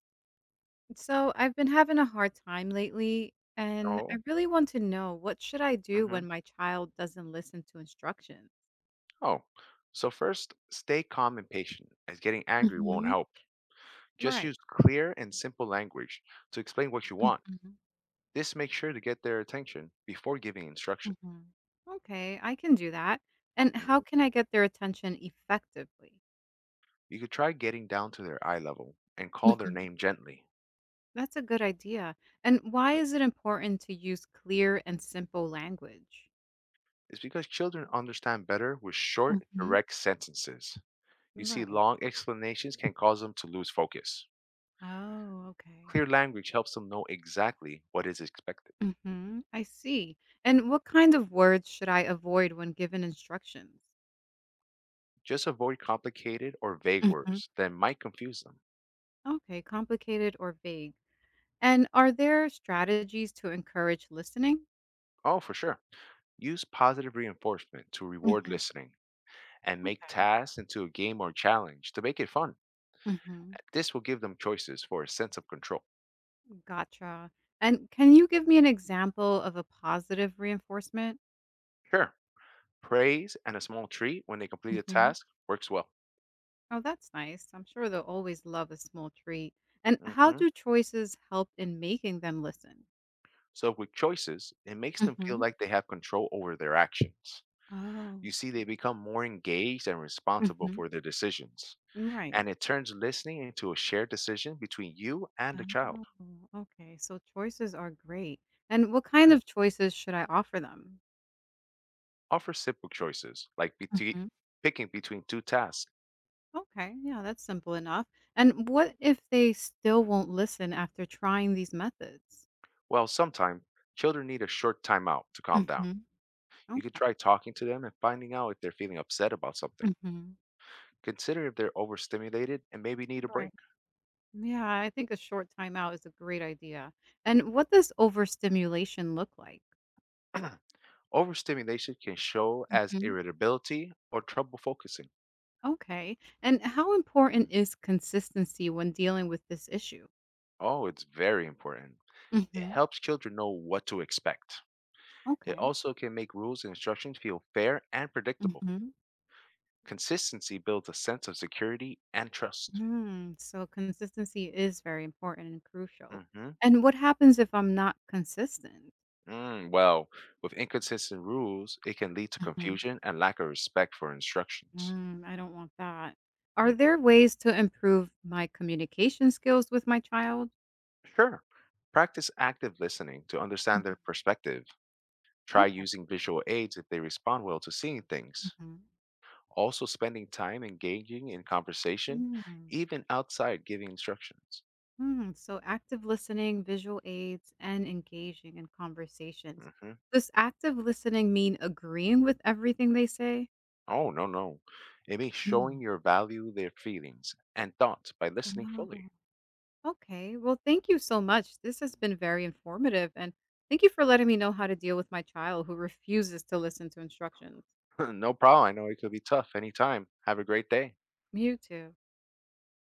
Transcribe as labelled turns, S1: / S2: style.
S1: So I've been having a hard time lately, and I
S2: Oh.
S1: really want to know what should I do when
S2: Hmm.
S1: my child doesn't listen to instructions?
S2: Oh. So first, stay calm and patient, as getting angry won't
S1: Hmm.
S2: help. Just
S1: Right.
S2: use clear and simple language to explain what you want.
S1: Hmm.
S2: This makes sure to get their attention before giving instruction.
S1: Hmm. Okay, I can do that. And how
S2: Mhm.
S1: can I get their attention effectively?
S2: You could try getting down to their eye level and call their
S1: Hmm.
S2: name gently.
S1: That's a good idea. And why
S2: Mhm.
S1: is it important to use clear and simple language?
S2: It's because children understand better with short,
S1: Hmm.
S2: direct sentences. You see,
S1: Right.
S2: long explanations can cause them to lose focus.
S1: Oh, okay.
S2: Clear language helps them know exactly what is expected.
S1: Hmm. I see. And what kind of words should I avoid when given instructions?
S2: Just avoid complicated or vague
S1: Mhm.
S2: words that might confuse them.
S1: Okay, complicated or vague. And are there strategies to encourage listening?
S2: Oh, for sure. Use positive reinforcement to reward
S1: Mhm.
S2: listening and make
S1: Okay.
S2: tasks into a game or challenge to make it fun.
S1: Hmm.
S2: This will give them choices for a sense of control.
S1: Gotcha. And can you give me an example of a positive reinforcement?
S2: Sure, praise and a small treat when they complete a
S1: Mhm.
S2: task works well.
S1: Oh, that's nice. I'm sure they'll always love a small treat. And how
S2: hmm
S1: do choices help in making them listen?
S2: So, with choices, it makes them feel
S1: Mhm.
S2: like they have control over their actions. You
S1: Oh.
S2: see, they become more engaged and responsible
S1: Mhm.
S2: for their decisions.
S1: Right.
S2: And it turns listening into a shared decision between you and the child.
S1: Oh, okay. So choices are great. And what kind of choices should I offer them?
S2: Offer simple choices, like
S1: Mhm.
S2: picking between two tasks.
S1: Okay, yeah, that's simple enough. And what if they still won't listen after trying these methods?
S2: While sometimes children need a short timeout to calm down.
S1: Hmm.
S2: You could
S1: Okay.
S2: try talking to them and finding out if they're feeling upset about something.
S1: Hmm.
S2: Consider if they're overstimulated and maybe need a
S1: Right.
S2: break.
S1: Yeah, I think a short timeout is a great idea. And what does overstimulation look like?
S2: Overstimulation can show as
S1: Hmm.
S2: irritability or trouble focusing.
S1: Okay. And how important
S2: Mm.
S1: is consistency when dealing with this issue?
S2: Oh, it's very important. It
S1: Hmm.
S2: helps children know what to expect. It
S1: Okay.
S2: also can make rules and instructions feel fair and predictable.
S1: Hmm.
S2: Consistency builds a sense of security and trust.
S1: Hmm. So consistency is very important and crucial.
S2: Mhm.
S1: And what happens if I'm not consistent?
S2: Well, with inconsistent rules, it can lead to confusion and lack of respect for instructions.
S1: I don't want that. Are
S2: Mm,
S1: there ways to improve my communication skills with my child?
S2: sure, practice active listening to understand
S1: Mhm.
S2: their perspective. Try
S1: Okay.
S2: using visual aids if they respond well to seeing things.
S1: Mhm.
S2: Also, spending time engaging in conversation,
S1: Mm,
S2: even outside giving instructions.
S1: mm. So, active listening, visual aids, and engaging in conversations.
S2: Hmm.
S1: Does active listening mean agreeing with everything they say?
S2: Oh, no, no. It means
S1: Mhm.
S2: showing your value, their feelings, and thoughts by listening fully.
S1: Oh, okay. Well, thank you so much. This has been very informative. And thank you for letting me know how to deal with my child who refuses to listen to instructions.
S2: No problem. I know it could be tough anytime. Have a great day.
S1: You too.